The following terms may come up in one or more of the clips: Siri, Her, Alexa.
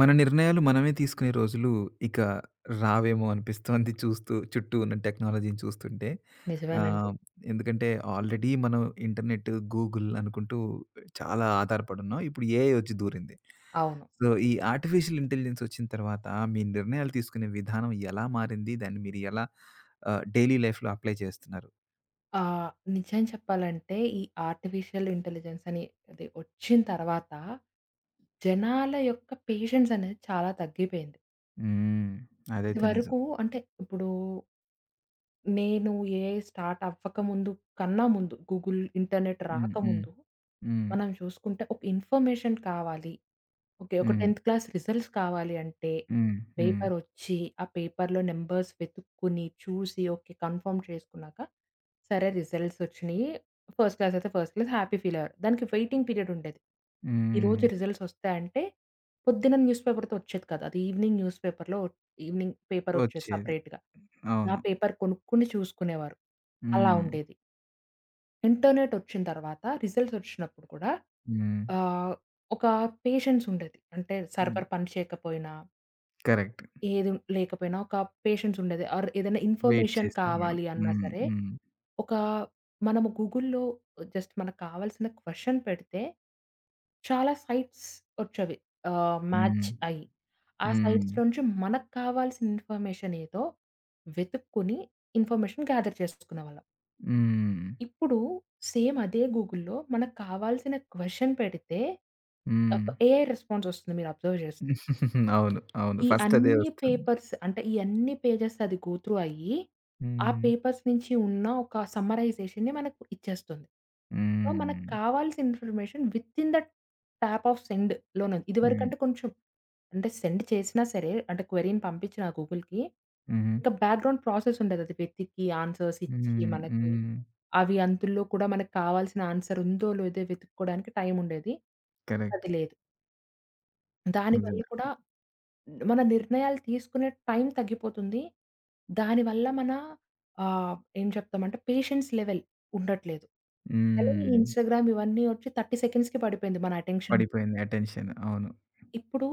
మన నిర్ణయాలు మనమే తీసుకునే రోజులు ఇక రావేమో అనిపిస్తోంది చూస్తూ చుట్టూ ఉన్న టెక్నాలజీని చూస్తుంటే. నిజమేనండి. ఆహ్, ఎందుకంటే ఆల్రెడీ మనం ఇంటర్నెట్, గూగుల్ అనుకుంటూ చాలా ఆధారపడున్నాం. ఇప్పుడు ఏఐ వచ్చి దూరింది. అవును. సో, ఈ ఆర్టిఫిషియల్ ఇంటెలిజెన్స్ వచ్చిన తర్వాత మీ నిర్ణయాలు తీసుకునే విధానం ఎలా మారింది? దాన్ని మీరు ఎలా డైలీ లైఫ్‌లో అప్లై చేస్తున్నారు? ఆహ్, నిజం చెప్పాలంటే ఈ ఆర్టిఫిషియల్ ఇంటెలిజెన్స్ అని అది వచ్చిన తర్వాత జనాల యొక్క పేషెన్స్ అనేది చాలా తగ్గిపోయింది. హ్మ్. అదైతే నిజం. ఇదివరకు అంటే ఇప్పుడు నేను ఏఐ స్టార్ట్ అవ్వకముందు కన్నా ముందు గూగుల్, ఇంటర్నెట్ హ్మ్. హ్మ్. రాకముందు హ్మ్. మనం చూసుకుంటే ఒక ఇన్ఫర్మేషన్ కావాలి. ఓకే. ఒక హ్మ్. 10థ్ క్లాస్ రిజల్ట్స్ కావాలి అంటే హ్మ్. హ్మ్. పేపరొచ్చి, ఆ పేపర్‌లో నంబర్స్ వెతుక్కుని, చూసి ఓకే, కన్ఫర్మ్ చేసుకున్నాక సరే రిజల్ట్స్ వచ్చినియి. ఫస్ట్ క్లాస్ అయితే ఫస్ట్ క్లాస్ హ్యాపీ ఫీల్ అయ్యారు. దానికి వెయిటింగ్ పీరియడ్ ఉండేది. ఈరోజు హ్మ్. రిజల్ట్స్ వస్తాయంటే పొద్దున్న న్యూస్ పేపర్‌తో వచ్చేది కాదు. అది ఈవినింగ్ న్యూస్ పేపర్‌లో ఈవినింగ్ పేపరొచ్చేది వచ్చేది. సెపరేట్‌గా. ఆ అవును. పేపర్ కొనుక్కొని చూసుకునేవారు. అలా హ్మ్. ఉండేది. ఇంటర్నెట్ ఒచ్చిన తర్వాత రిజల్ట్స్ ఒచ్చినప్పుడు కూడా హ్మ్. ఆహ్, ఒక పేషెన్స్ ఉండేది. అంటే హ్మ్. సర్వర్ పని చేయకపోయినా, కరెక్ట్. ఏది లేకపోయినా ఒక పేషెన్స్ ఉండేది. ఆర్ ఏదైనా వెయిట్ ఇన్ఫర్మేషన్ చేసేవాళ్ళం. కావాలి అన్నా హ్మ్. సరే, హ్మ్. ఒక మనము గూగుల్‌లో జస్ట్ మనకు కావాల్సిన క్వెషన్ పెడితే చాలా సైట్స్ వచ్చేవి. హ్మ్. మ్యాచ్ అయ్యి. ఆ హ్మ్. సైట్స్ నుంచి మనకు కావాల్సిన ఇన్ఫర్మేషన్ ఏదో వెతుక్కొని ఇన్ఫర్మేషన్ గ్యాదర్ చేసుకునేవాళ్ళం. హ్మ్. ఇప్పుడు సేమ్ అదే గూగుల్‌లో మనకు కావాల్సిన క్వెషన్ పెడితే హ్మ్. ఒక ఏఐ రెస్పాన్స్ వస్తుంది మీరు అబ్జర్వ్ చేస్తే. అవును. అవును. ఈ ఫస్ట్ అదే అన్ని వస్తుంది. పేపర్స్ అంటే, ఈ అన్ని పేజెస్ అది గో త్రూ అయ్యి, ఆ హ్మ్. పేపర్స్ నుంచి ఉన్న ఒక సమ్మరైజేషన్‌ని మనకు ఇచ్చేస్తుంది. సో, మనకు హ్మ్. కావాల్సిన information within the tap of send లోనే ఉంది. హ్మ్. ఇదివరకంటే కొంచెం అంటే సెండ్ చేసినా సరే, అంటే క్వెరీని పంపించిన గూగుల్‌కి, హుహు. ఇంకా బ్యాక్‌గ్రౌండ్ ప్రాసెస్ ఉండేది. అది వెతికి ఆన్సర్స్ ఇచ్చి హ్మ్. మనకి, హ్మ్. అవి అందులో కూడా మనకు కావాల్సిన ఆన్సర్ ఉందో లేదో వెతుక్కోవడానికి టైం ఉండేది. కరెక్ట్. అది లేదు. దానివల్ల నిజమే. కూడా మన నిర్ణయాలు తీసుకునే టైం తగ్గిపోతుంది. దానివల్ల మన ఏం చెప్తామంటే పేషెన్స్ లెవెల్ ఉండట్లేదు. అలాగే ఈ హ్మ్. ఇన్‌స్టాగ్రామ్ ఇవన్నీ వచ్చి 30 సెకండ్స్‌కి పడిపోయింది మన అటెన్షన్. పడిపోయింది అటెన్షన్. అవును. ఇప్పుడు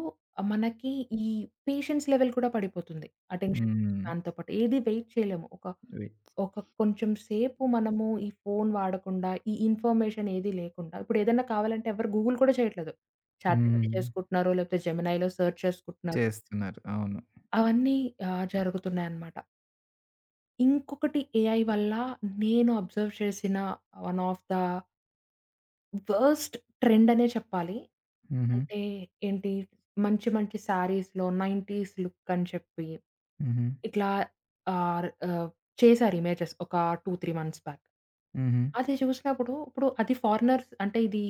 మనకి ఈ పేషెన్స్ లెవెల్ కూడా పడిపోతుంది, అటెన్షన్ హ్మ్. స్పాన్‌తో పాటు. ఏది వెయిట్ చేయలేము. ఒక వెయిట్ ఒక కొంచెం సేపు మనము ఈ ఫోను వాడకుండా, ఈ ఇన్ఫర్మేషన్ ఏది లేకుండా ఇప్పుడు ఏదైనా కావాలంటే ఎవరు గూగుల్ కూడా చేయట్లేదు. చాట్‌జీపీటీ హ్మ్. చేసుకుంటున్నారు. లేకపోతే జెమినైలో సెర్చ్ చేసుకుంటున్నారు. చేస్తున్నారు. అవును. అవన్నీ జరుగుతున్నాయన్నమాట. ఇంకొకటి ఏఐ వల్ల నేను అబ్జర్వ్ చేసిన one of the worst trend అనే చెప్పాలి. హుహు. అంటే ఏంటి మంచి మంచి శారీస్‌లో 90స్ లుక్ అని చెప్పి హుహు. ఇట్లా ఆహ్, ఆహ్, చేశారు ఇమేజెస్ ఒక 2, 3 మంత్స్ బ్యాక్. హుహు. అది చూసినప్పుడు ఇప్పుడు అది ఫారినర్స్ అంటే ఇది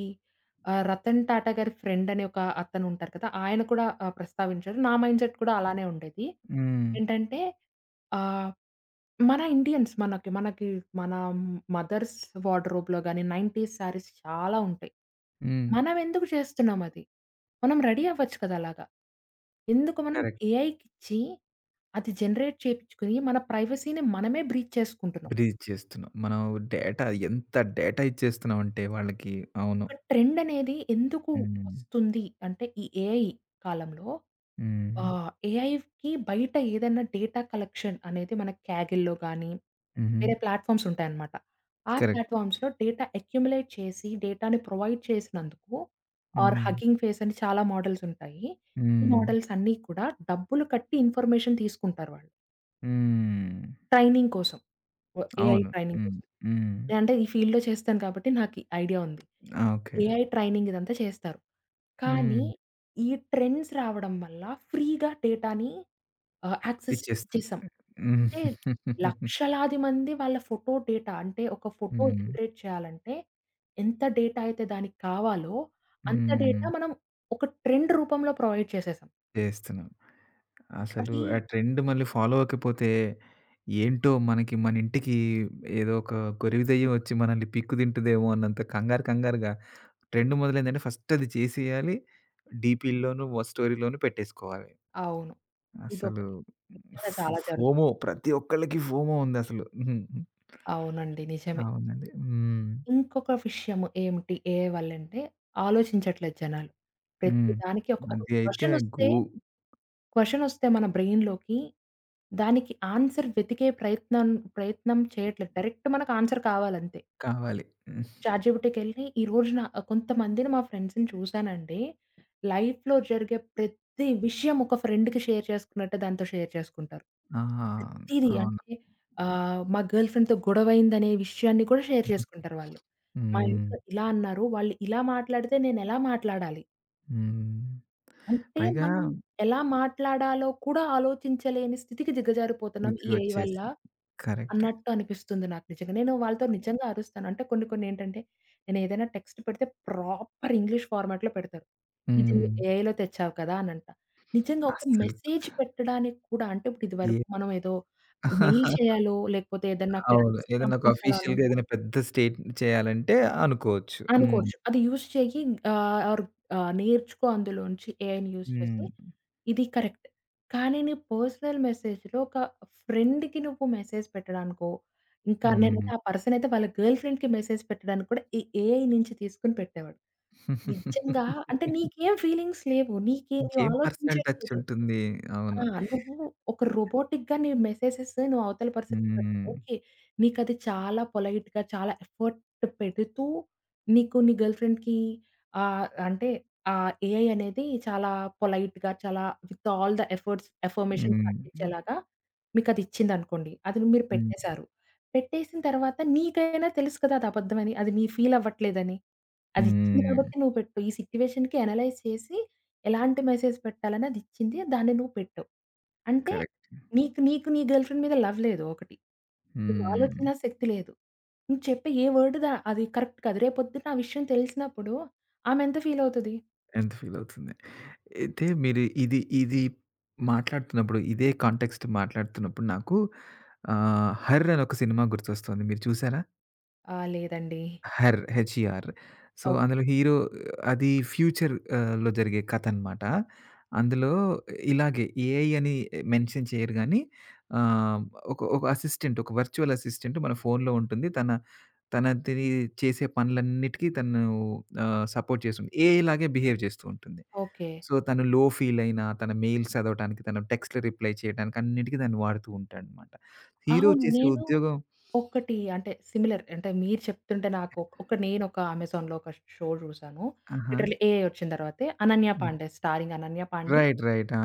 రతన్ టాటా గారి ఫ్రెండ్ అని ఒక అతను ఉంటారు కదా! ఆయన కూడా ప్రస్తావించారు. నా మైండ్‌సెట్ కూడా అలానే ఉండేది. హ్మ్. ఏంటంటే ఆహ్ మన ఇండియన్స్ మనకి మనకి మన మదర్స్ వార్డ్‌రోబ్‌లో గాని 90స్ శారీస్ చాలా ఉంటాయి. హ్మ్. హ్మ్. మనం ఎందుకు చేస్తున్నాం అది? మనం రెడీ అవ్వచ్చు కదా! అలాగా. ఎందుకు మనం కరెక్ట్. ఏఐకిచ్చి అది జనరేట్ చేపించుకొని మన ప్రైవసీని మనమే బ్రీచ్ చేసుకుంటున్నాం. బ్రీజ్ చేస్తున్నాం. మనం డేటా, ఎంత డేటా ఇచ్చేస్తున్నాం అంటే వాళ్ళకి. అవును. ఒక ట్రెండ్ అనేది ఎందుకు హ్మ్. వస్తుంది అంటే ఈ ఏఐ కాలంలో ఆ! హ్మ్. ఏఐకి బయట ఏదైనా డేటా కలెక్షన్ అనేది మనకి కాగిల్‌లో గానీ, హుహు. వేరే ప్లాట్‌ఫామ్స్ ఉంటాయన్నమాట. ఆ కరెక్ట్. ప్లాట్‌ఫామ్స్‌లో డేటా అక్యుములేట్ చేసి, డేటాని ప్రొవైడ్ చేసినందుకు ఆర్ హ్మ్. హగ్గింగ్ ఫేస్ అని చాలా మోడల్స్ ఉంటాయి. ఈ హ్మ్. మోడల్స్ అన్నీ కూడా డబ్బులు కట్టి ఇన్ఫర్మేషన్ తీసుకుంటారు వాళ్ళు, హ్మ్. ట్రైనింగ్ కోసం, ఏఐ అవును. ట్రైనింగ్ హ్మ్. కోసం. హ్మ్. నేనంటే ఈ ఫీల్డ్‌లో చేస్తాను కాబట్టి నాకు ఈ ఐడియా ఉంది. ఆ! ఓకే. ఏఐ ట్రైనింగ్ ఇదంతా చేస్తారు. కానీ హ్మ్. ఈ ట్రెండ్స్ రావడం వల్ల ఫ్రీగా డేటాని యాక్సెస్ ఇచ్చేస్తుంది. ఇచ్చేసాం. హ్మ్. అంటే లక్షలాది మంది వాళ్ళ ఫోటో డేటా అంటే ఒక ఫోటో హ్మ్. జనరేట్ చేయాలంటే ఎంత డేటా అయితే దానికి కావాలో అంత హ్మ్. డేటా మనం ఒక ట్రెండ్ రూపంలో ప్రొవైడ్ చేసేసాం. చేస్తున్నాం. అసలు అది ఆ ట్రెండ్ మళ్ళీ ఫాలో అవ్వకపోతే ఏంటో మనకి మన ఇంటికి ఏదో ఒక గొరివి దెయ్యం వచ్చి మనల్ని పిక్కు తింటదేమో అన్నంత కంగారు కంగారుగా ట్రెండ్ మొదలైందంటే ఫస్ట్ అది చేసేయాలి. డీపీల్లోను, స్టోరీలోను పెట్టేసుకోవాలి. అవును. అసలు ఇదొకటి నిజంగా ఫ్ చాలా జరుగు ఫోమో ప్రతి ఒక్కళ్ళకి ఫోమో ఉందసలు. హ్మ్. అవునండి, నిజమే. అవునండి. హ్మ్. ఇంకొక విషయం ఏమిటి ఏఐ వల్లంటే, ఆలోచించట్లేదు జనాలు. ప్రతి హ్మ్. దానికి ఒక ఒక అది అయితే క్వెషనొస్తే గూ క్వెషనొస్తే మన బ్రెయిన్‌లోకి దానికి ఆన్సర్ వెతికే ప్రయత్నం ప్రయత్నం చేయట్లేదు. డైరెక్ట్ మనకు ఆన్సర్ కావాలంతే. కావాలి. చాట్‌జిపిటికెళ్ళి ఈ రోజున కొంతమందిని మా ఫ్రెండ్స్‌ని చూసానండి. లైఫ్‌లో జరిగే ప్రతి విషయం ఒక ఫ్రెండ్‌కి షేర్ చేసుకున్నట్టు దాంతో షేర్ చేసుకుంటారు. ఆ! ప్రతీది అవును. అంటే మా గర్ల్ ఫ్రెండ్‌తో గొడవయిందనే విషయాన్ని కూడా షేర్ చేసుకుంటారు వాళ్ళు. మా హ్మ్. ఇంట్లో ఇలా అన్నారు, వాళ్ళు ఇలా మాట్లాడితే నేనెలా మాట్లాడాలి? హ్మ్. అంటే పైగా మనం ఎలా మాట్లాడాలో కూడా ఆలోచించలేని స్థితికి దిగజారిపోతున్నాం ఈ ఏఐ వల్ల తీసుకొచ్చేసింది. కరెక్టే. అన్నట్టు అనిపిస్తుంది నాకు నిజంగా. నేను వాళ్ళతో నిజంగా అరుస్తాను. అంటే కొన్ని కొన్ని ఏంటంటే నేను ఏదైనా టెక్స్ట్ పెడితే ప్రాపర్ ఇంగ్లీష్ ఫార్మాట్‌లో పెడతారు. "ఇది నువ్వు హ్మ్. ఏఐలో తెచ్చావు కదా!" అని అంట. నిజంగా ఒక అస్సలు మెసేజ్ పెట్టడానికి కూడా అంటే ఇప్పుడు ఏ ఇదివరకు మనం ఏదో మెయిల్ చేయాలో లేకపోతే ఏదన్నా అవును. క్లయింట్స్‌కి ఏదైనా ఒక పంపించాలో అన్న అఫీషియల్‌గా ఏదైనా పెద్ద స్టేట్ చేయాలంటే అనుకోవచ్చు. హ్మ్. అనుకోవచ్చు. అది యూజ్ చెయ్యి ఆర్ నేర్చుకో అందులోంచి ఏఐని యూజ్ చేసి. హ్మ్. ఇది కరెక్ట్. కానీ నీ పర్సనల్ మెసేజ్‌లో ఒక ఫ్రెండ్‌కి నువ్వు మెసేజ్ పెట్టడానికో, ఇంకా హ్మ్. నేనైతే ఆ పర్సన్ అయితే వాళ్ళ గర్ల్ ఫ్రెండ్‌కి మెసేజ్ పెట్టడానికి కూడా ఈ ఏఐ నుంచి తీసుకొని పెట్టేవాడు. నిజంగా అంటే నీకేం ఫీలింగ్స్ లేవు. నీకే నీవు ఇంకేం పర్సనల్ టచ్ ఆలోచించట్లేదు. ఉంటుంది. ఆ! అవును. నువ్వు ఒక రోబోటిక్‌గా నీ మెసేజెస్ నువ్వు అవతల పర్సన్‌కి పెడుతు హ్మ్. ఓకే. నీకది చాలా పొలైట్‌గా, చాలా ఎఫర్ట్ పెడుతూ, నీకు నీ గర్ల్ ఫ్రెండ్‌కి అంటే ఏఐ అనేది చాలా పొలైట్‌గా, చాలా with all the efforts affirmations hmm. పంపించేలాగా మీకది ఇచ్చిందనుకోండి. అది మీరు హ్మ్. పెట్టేసారు. పెట్టేసిన తర్వాత నీకైనా తెలుసు కదా! అది అబద్ధమని, అది నీ ఫీల్ అవ్వట్లేదని. అది ఇచ్చింది హ్మ్. కాబట్టి నువ్వు పెట్టు. ఈ సిట్యుయేషన్‌కి అనలైజ్ చేసి ఎలాంటి మెసేజ్ పెట్టాలని అదిచ్చింది, దాన్ని నువ్వు పెట్టావు. అంటే కరెక్ట్. నీకు నీ గర్ల్ ఫ్రెండ్ మీద లవ్ లేదు ఒకటి. నువ్వు హ్మ్. ఆలోచన శక్తి లేదు. నువ్వు చెప్పే ఏ వర్డ్ దా అది కరెక్ట్ కాదు. రేపొద్దున ఆ విషయం తెలిసినప్పుడు ఆమె ఎంత ఫీల్ అవుతది? ఎంత ఫీల్ అవుతుంది. అయితే మీరు ఇది ఇది మాట్లాడుతున్నప్పుడు ఇదే కాంటెక్స్ట్ మాట్లాడుతున్నప్పుడు నాకు 'హర్' అని ఒక సినిమా గుర్తొస్తుంది. మీరు చూసారా? "ఆ! లేదండి. 'Her' HER. So, okay. అందులో హీరో అది ఫ్యూచర్ లో జరిగే కథనమాట. అందులో ఇలాగే ఏఐ అని మెన్షన్ చేయరు గానీ, ఆహ్, ఒక ఒక అసిస్టెంట్, ఒక వర్చువల్ అసిస్టెంట్ మన ఫోన్‌లో ఉంటుంది. తనది చేసే పనులన్నిటికీ తను సపోర్ట్ చేస్తుంది. ఏఐ లాగే బిహేవ్ చేస్తూ ఉంటుంది. ఓకే. సో, తను లో ఫీల్ అయినా, తన మెయిల్స్ చదవటానికి, తన టెక్స్ట్‌లు రిప్లై చేయడానికి అన్నిటికి దాన్ని వాడుతూ ఉంటాడనమాట. హీరో అవును. చేసే నేను ఉద్యోగం ఒకటి అంటే సిమిలర్ అంటే మీరు చెప్తుంటే నాకు ఒక ఒక- నేను ఒక అమెజాన్‌లో ఒక షో చూసాను. ఆహా! లిటరల్లీ ఏఐ వచ్చిన తర్వాతే 'Ananya Pandey' starring 'Ananya Pandey'. Right. Right. ఆ!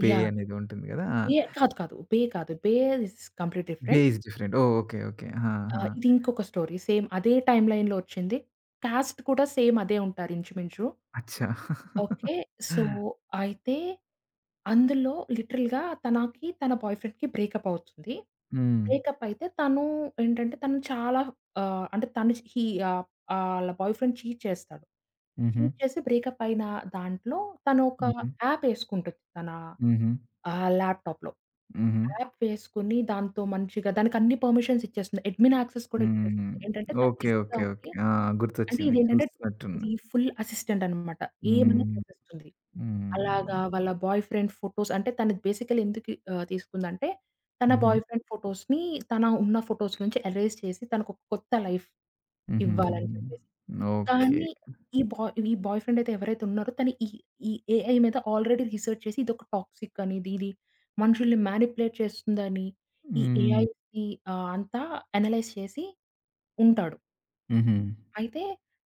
బే యాహ్! అనేది ఉంటుంది గదా! ఆ! 'బే' కాదు. 'బే' కాదు. 'బే' ఇస్ కంప్లీట్ బే different. Is different. Oh! Okay. Okay. ఆ! ఆ! ఆ! ఇది ఇంకొక స్టోరీ. సేమ్ అదే టైమ్ లైన్‌లో వచ్చింది. కాస్ట్ కూడా సేమ్ అదే ఉంటారు ఇంచుమించు. అచ్చా! ఓకే. సో, అయితే అందులో లిటరల్‌గా తనకి, తన బాయ్ ఫ్రెండ్‌కి బ్రేకప్ అవుతుంది. హ్మ్. బ్రేకప్ అయితే తను ఏంటంటే తను చాలా అంటే తను హి ఆళ్ళ బాయ్ ఫ్రెండ్ చీట్ చేస్తాడు. హుహు. చీట్ చేసి బ్రేకప్ అయిన దాంట్లో తను ఒక హుహు. యాప్ యేసుకుంటుంది తన హుహు. ల్యాప్‌టాప్‌లో. హుహు. యాప్ వేసుకొని దాంతో మంచిగా దానికన్ని పర్మిషన్స్ ఇచ్చేస్తుంది. అడ్మిన్ యాక్సెస్ కూడా ఇచ్చేస్తుంది. హ్మ్. ఏంటంటే తను ఓకే. బిజీగా ఓకే. ఓకే. ఉండి ఆ! అంటే గుర్తొచ్చింది. ఇదేంటంటే చూసినట్టున్నా. ఇది ఫుల్ అసిస్టెంట్ అనమాట. ఏమైనా హ్మ్. చేసేస్తుంది. అలాగా హ్మ్. వాళ్ళ బాయ్ ఫ్రెండ్ ఫోటోస్ అంటే తను బేసికల్లీ ఎందుకు తీసుకుందంటే తన హుహు. బాయ్ ఫ్రెండ్ ఫోటోస్‌ని తన ఉన్న ఫోటోస్ నుంచి ఎరేజ్ చేసి తనకొక కొత్త లైఫ్ హుహుహుహు. ఇవ్వాలని చెప్పేసి. ఓకే. కానీ ఈ బాయ్ ఫ్రెండ్ అయితే ఎవరైతే ఉన్నారో తను ఈ ఈ ఏఐ మీద ఆల్రెడీ రిసర్చ్ చేసి ఇదొక టాక్సిక్ అని, ఇది ఇది మనుషుల్ని మానిప్యులేట్ చేస్తుందని, ఈ హ్మ్. ఏఐని అంతా అనలైజ్ చేసి ఉంటాడు. హుహు. అయితే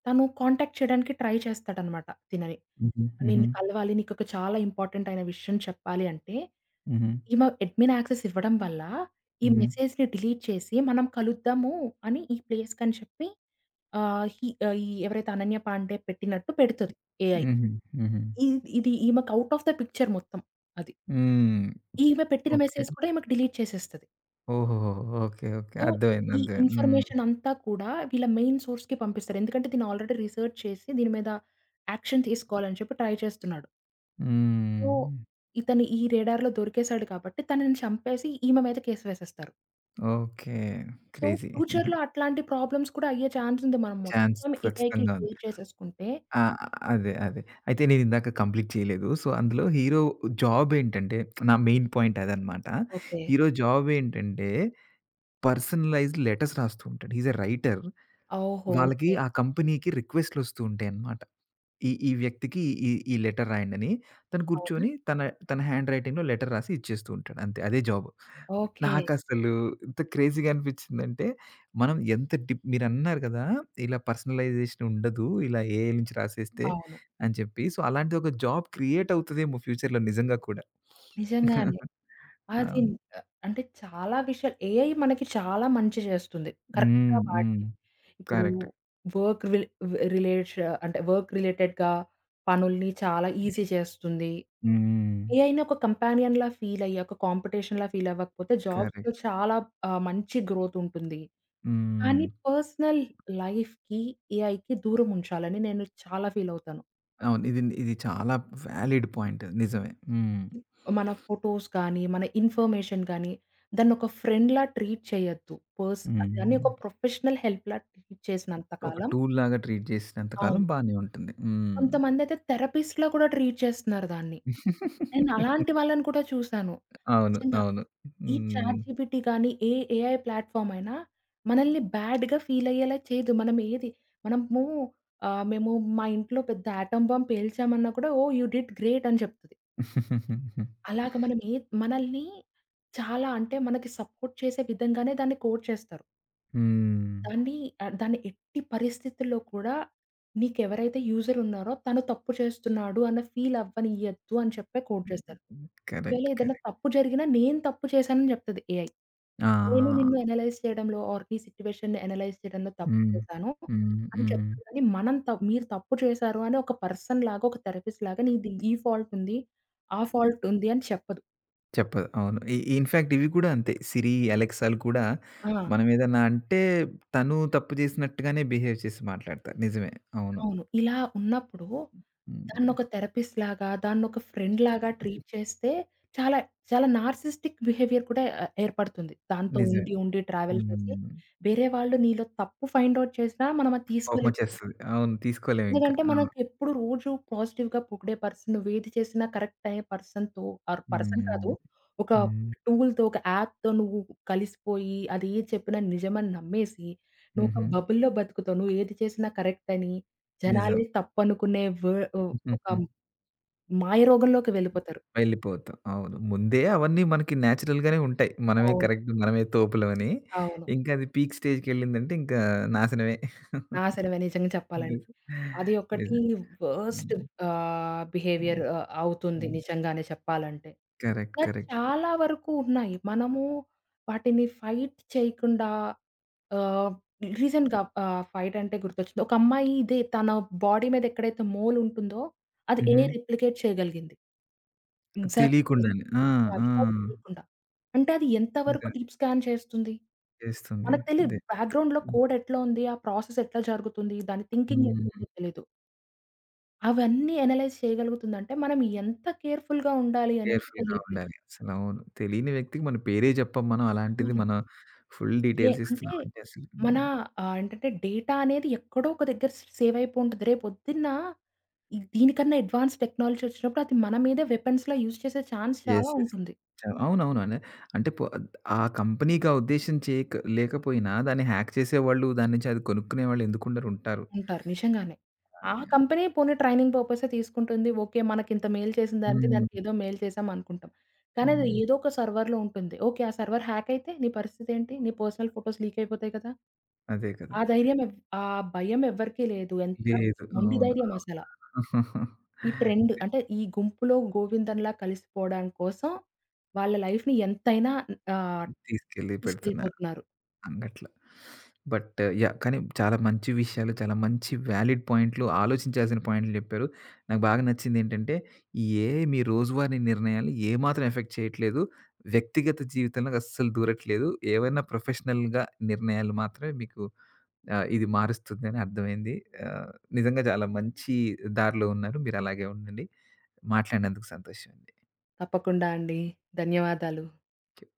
తను కాంటాక్ట్ చేయడానికి ట్రై చేస్తాడనమాట తినని. హుహు. హుహు. నిన్ను కలవాలి, నీకొక చాలా ఇంపార్టెంట్ అయిన విషయం చెప్పాలి అంటే, హుహు. ఈమె అడ్మిన్ యాక్సెస్ ఇవ్వడం వల్ల ఈ హుహు. మెసేజ్‌ని డిలీట్ చేసి మనం కలుద్దాము అని ఈ ప్లేస్‌కని చెప్పి హి ఈ ఎవరైతే అనన్య పాండే పెట్టినట్టు పెడుతది ఏఐ. హుహు. హుహు. ఇ ఇది ఈమెకి ఔట్ ఆఫ్ ద పిక్చర్ మొత్తం అది. హ్మ్. ఈమె పెట్టిన ఓకే. మెసేజ్ కూడా ఈమెకి డిలీట్ చేసేస్తది. ఓహోహో! ఓకే. ఓకే. సో, అర్థమైంది. ఈ అర్థమైంది. హ్మ్. ఇన్ఫర్మేషన్ అంతా కూడా వీళ్ళ మెయిన్ సోర్స్‌కి పంపిస్తారు. ఎందుకంటే దీన్ని ఆల్రెడీ రిసర్చ్ చేసి దీని మీద యాక్షన్ తీసుకోవాలని చెప్పి ట్రై చేస్తున్నాడు. సో, హ్మ్. ఇతను ఈ రాడార్‌లో దొరికేసాడు కాబట్టి తనని చంపేసి ఈమె మీద కేసు వేసేస్తారు. ఓకే. So, crazy. ఫ్యూచర్‌లో అట్లాంటి ప్రాబ్లమ్స్ కూడా అయ్యే ఛాన్స్ ఉంది, మనం ఛాన్స్ మొత్తం ఏఐకి ఖచ్చితంగా ఉంది. షేర్ చేసేసుకుంటే. ఆ! అదే. అదే. అయితే నేనిందాక కంప్లీట్ చేయలేదు. సో, అందులో హీరో జాబేంటంటే నా మెయిన్ పాయింట్ అదనమాట. ఓకే. హీరో జాబేంటంటే పర్సనలైజ్డ్ లెటర్స్ రాస్తూ ఉంటాడు. He's a writer. ఓహో! వాళ్ళకి ఓకే. ఆ కంపెనీకి రిక్వెస్ట్‌లొస్తూ ఉంటాయన్నమాట. ఈ ఈ వ్యక్తికి ఈ ఈ లెటర్ రాయండని. తను అవునా? కూర్చొని తన తన హ్యాండ్ రైటింగ్‌లో లెటర్ రాసి ఇచ్చేస్తూ ఉంటాడు. అంతే. అదే జాబ్. ఓకే. నాకసలు ఎంత క్రేజీగా అనిపించిందంటే, మనం ఎంత డిప్ మీరన్నారు కదా! ఇలా పర్సనలైజేషన్ ఉండదు. ఇలా ఏఐ నుంచి రాసేస్తే అవును. అని చెప్పి. సో, అలాంటి ఒక జాబ్ క్రియేట్ అవుతదేమో ఫ్యూచర్‌లో నిజంగా కూడా. నిజంగానే. అది అవును. అంటే చాలా విషయాలు ఏఐ మనకి చాలా మంచి చేస్తుంది, కరెక్ట్‌గా హ్మ్. హ్మ్. వాడితే. ఇప్పుడు కరెక్ట్. వర్క్ రిలే రిలేట్ష అంటే వర్క్ రిలేటెడ్‌గా పనుల్ని చాలా ఈజీ చేస్తుంది. హ్మ్. ఏఐని ఒక కంపానియన్‌లా ఫీల్ అయ్యి, ఒక కాంపిటీషన్‌లా ఫీల్ అవ్వకపోతే కరెక్ట్. జాబ్స్‌లో చాలా మంచి గ్రోత్ ఉంటుంది. హ్మ్. కానీ పర్సనల్ లైఫ్‌కి, ఏఐకి దూరం ఉంచాలని నేను చాలా ఫీల్ అవుతాను. అవును. ఇది ఇది చాలా వాలిడ్ పాయింట్. నిజమే. హ్మ్. మన ఫోటోస్ కానీ, మన ఇన్ఫర్మేషన్ కానీ, దాన్నొక ఫ్రెండ్‌లా ట్రీట్ చేయొద్దు. దాన్ని హ్మ్. ఒక ప్రొఫెషనల్ హెల్ప్‌లా ట్రీట్ చేసినంత ఒక కాలం టూల్‌లాగా ట్రీట్ చేసినంత కాలం అవును. బానే ఉంటుంది. హ్మ్. కొంతమందయితే థెరపిస్ట్‌లా కూడా ట్రీట్ చేస్తున్నారు దాన్ని. నేను అలాంటి వాళ్ళని కూడా చూసాను. అవును. నిజంగా అవును. ఈ హ్మ్. చాట్‌జీపీటీ గానీ, ఏ ఏఐ ప్లాట్‌ఫామ్ అయినా మనల్ని బ్యాడ్‌గా ఫీల్ అయ్యేలా చేయదు. మనం ఏది మనము మేము మా ఇంట్లో పెద్ద యాటమ్ బాంబ్ పేల్చామన్నా కూడా, "ఓహ్! యూ డిడ్ గ్రేట్" అని చెప్తది. అలాగ మనం ఏ మనల్ని చాలా అంటే మనకి సపోర్ట్ చేసే విధంగానే దాన్ని కోడ్ చేస్తారు. హ్మ్. దాన్ని దాన్ని ఎట్టి పరిస్థితుల్లో కూడా నీకెవరైతే యూజర్ ఉన్నారో తను తప్పు చేస్తున్నాడు అన్న ఫీల్ అవ్వనియ్యద్దు అని చెప్పే కోడ్ చేస్తారు. ఒకవేళ కరెక్ట్. ఏదైనా కరెక్ట్. తప్పు జరిగినా నేను తప్పు చేశానని చెప్తది ఏఐ. ఆ! నేను నిన్ను అనలైజ్ చేయడంలో ఆర్ నీ సిట్యుయేషన్‌ని అనలైజ్ చేయడంలో తప్పు హ్మ్. చేశాను హ్మ్. అని హ్మ్. చెప్తది కానీ మనం మీరు తప్పు చేశారు అని ఒక పర్సన్ లాగా ఒక థెరపిస్ట్ లాగా నీది ఈ ఫాల్ట్ ఉంది, ఆ ఫాల్ట్ ఉంది అని చెప్పదు. చెప్పదు. అవును. ఇన్‌ఫాక్ట్ ఇవి కూడా అంతే. సిరి, అలెక్సాలు కూడా ఆ! మనం ఏదన్నా అంటే తను తప్పు చేసినట్టుగానే బిహేవ్ చేసి మాట్లాడతారు. నిజమే. అవును. అవును. ఇలా ఉన్నప్పుడు హ్మ్. దాన్నొక థెరపిస్ట్‌లాగా, దాన్నొక ఫ్రెండ్‌లాగా ట్రీట్ చేస్తే చాలా, చాలా నార్సిస్టిక్ బిహేవియర్ కూడా ఏర్పడుతుంది. దాంతో నిజమే. ఉండి ట్రావెల్ చేసి, హ్మ్. వేరే వాళ్ళు నీలో తప్పు ఫైండ్ ఔట్ చేసినా మనం అది తీసుకోలేకపోతాం. కోపమొచ్చేస్తది. అవును. తీసుకోలేమింకా. ఎందుకంటే అవును. మనకెప్పుడు రోజు పాజిటివ్‌గా పొగిడే పర్సన్, నువ్వేది చేసినా కరెక్ట్ అయ్యే పర్సన్‌తో ఆర్ పర్సన్ కాదు, హ్మ్. ఒక హ్మ్. టూల్‌తో, ఒక యాప్‌తో నువ్వు కలిసిపోయి, అది ఏది చెప్పినా నిజమని నమ్మేసి, నువ్వొక హుహు. బబుల్‌లో బతుకుతావు. నువ్వేది చేసినా కరెక్ట్ అని నిజం. జనాలే తప్పనుకునే ఒక మాయరోగంలోకి వెళ్ళిపోతారు. వెళ్ళిపోతాం. అవును. ముందే అవన్నీ మనకి నేచురల్‌గానే ఉంటాయి. మనమే అవును. కరెక్ట్, మనమే తోపులమని. అవును. ఇంకా అది పీక్ స్టేజ్‌కెళ్ళిందంటే ఇంకా నాశనమే. నాశనమే నిజంగా చెప్పాలంటే. నిజం. అది ఒకటి నిజం. వర్స్ట్ హ్మ్. బిహేవియర్ హ్మ్. అవుతుంది హ్మ్. నిజంగానే చెప్పాలంటే. కరెక్ట్. ఇలా కరెక్ట్. చాలా వరకు ఉన్నాయి. మనము వాటిని ఫైట్ చేయకుండా ఆహ్, రీసెంట్‌గా ఫైట్ అంటే గుర్తొచ్చింది. ఒక అమ్మాయి ఇదే తన బాడీ మీద ఎక్కడైతే మోల్ ఉంటుందో అది హుహు. ఎఐ రిప్లికేట్ చేయగలిగింది. Exact place. తెలియకుండానే. ఆ! ఆ! ఆ! వితౌట్ తెలియకుండా. అంటే అది ఎంత వరకు నిజమే డీప్ స్కాన్ చేస్తుంది? చేస్తుంది. మనకు తెలీదు. అదే. బ్యాక్‌గ్రౌండ్‌లో కోడ్ ఎట్లా ఉంది? ఆ ప్రాసెస్ ఎట్లా జరుగుతుంది? దాని థింకింగ్ హ్మ్. ఎట్లుందో తెలీదు. అవన్నీ అనలైజ్ చేయగలుగుతుందంటే మనం ఎంత కేర్‌ఫుల్‌గా ఉండాలి అనేది కేర్‌ఫుల్‌గా తెలియట్లేదు. ఉండాలి. అసలు అవును. తెలియని వ్యక్తికి మన పేరే చెప్పం మనం. అలాంటిది అవును. మనం ఫుల్ ఏ డీటెయిల్స్ అంటే ఇస్తున్నామంటే అసలు మన ఏంటంటే డేటా అనేది ఎక్కడో ఒక దగ్గర సేవ్ అయిపోంటది. రేపొద్దున్న ఈ దీనికన్నా అడ్వాన్స్ టెక్నాలజీ వచ్చినప్పుడు అది మన మీదే వెపన్స్‌లా యూజ్ చేసే ఛాన్స్ చాలా యెస్. యెస్. ఉంటుంది. అవునవునండి. అంటే ఆ కంపెనీకి ఆ ఉద్దేశ్యం చేయక లేకపోయినా దాన్ని హ్యాక్ చేసేవాళ్ళు, దాని నుంచి అది కొనుక్కునేవాళ్ళు ఎందుకుండరు ఉంటారు. ఉంటారు. నిజంగానే. ఆ! ఆ యాహ్! కంపెనీ పోనీ ట్రైనింగ్ పర్పసే తీసుకుంటుంది. ఓకే. మనకింత మెయిల్ చేసిన దానికి హ్మ్. దానికేదో మెయిల్ చేసాం అనుకుంటాం. కానీ అది హ్మ్. ఏదో ఒక సర్వర్‌లో ఉంటుంది. ఓకే. ఆ సర్వర్ హ్యాక్ అయితే నీ పరిస్థితేంటి? నీ పర్సనల్ ఫోటోస్ లీక్ అయిపోతాయి కదా! అదే కదా! ఆ ధైర్యం ఎవ్ ఆ భయం ఎవ్వరికీ లేదు. ఎంత లేదు. మొండి అవును. ధైర్యం అసల. అవును. ఈ ట్రెండ్ అంటే ఈ గుంపులో గోవిందంలా కలిసిపోవడం కోసం వాళ్ళ లైఫ్‌ని ఎంతైనా ఆహ్, తీసుకెళ్ళి పెడుతున్నారు. తీసుకెళ్ళిపోతున్నారు. అంగట్ల. But yeah! కానీ చాలా మంచి విషయాలు, చాలా మంచి వ్యాలిడ్ పాయింట్లు, ఆలోచించాల్సిన పాయింట్లు జెప్పారు. నాకు బాగా నచ్చిందేంటంటే, ఈ ఏఐ మీ రోజువారీ నిర్ణయాలు ఏమాత్రం ఎఫెక్ట్ చేయట్లేదు. వ్యక్తిగత జీవితంలోకి అస్సలు దూరట్లేదు. ఏవైనా ప్రొఫెషనల్‌గా నిర్ణయాలు మాత్రమే మీకు ఇది మారుస్తుందని అర్థమైంది. ఆహ్, నిజంగా చాలా మంచి దారిలో ఉన్నారు. మీరు అలాగే ఉండండి. మాట్లాడినందుకు సంతోషం అండి. తప్పకుండా అండి. ధన్యవాదాలు. థాంక్యూ.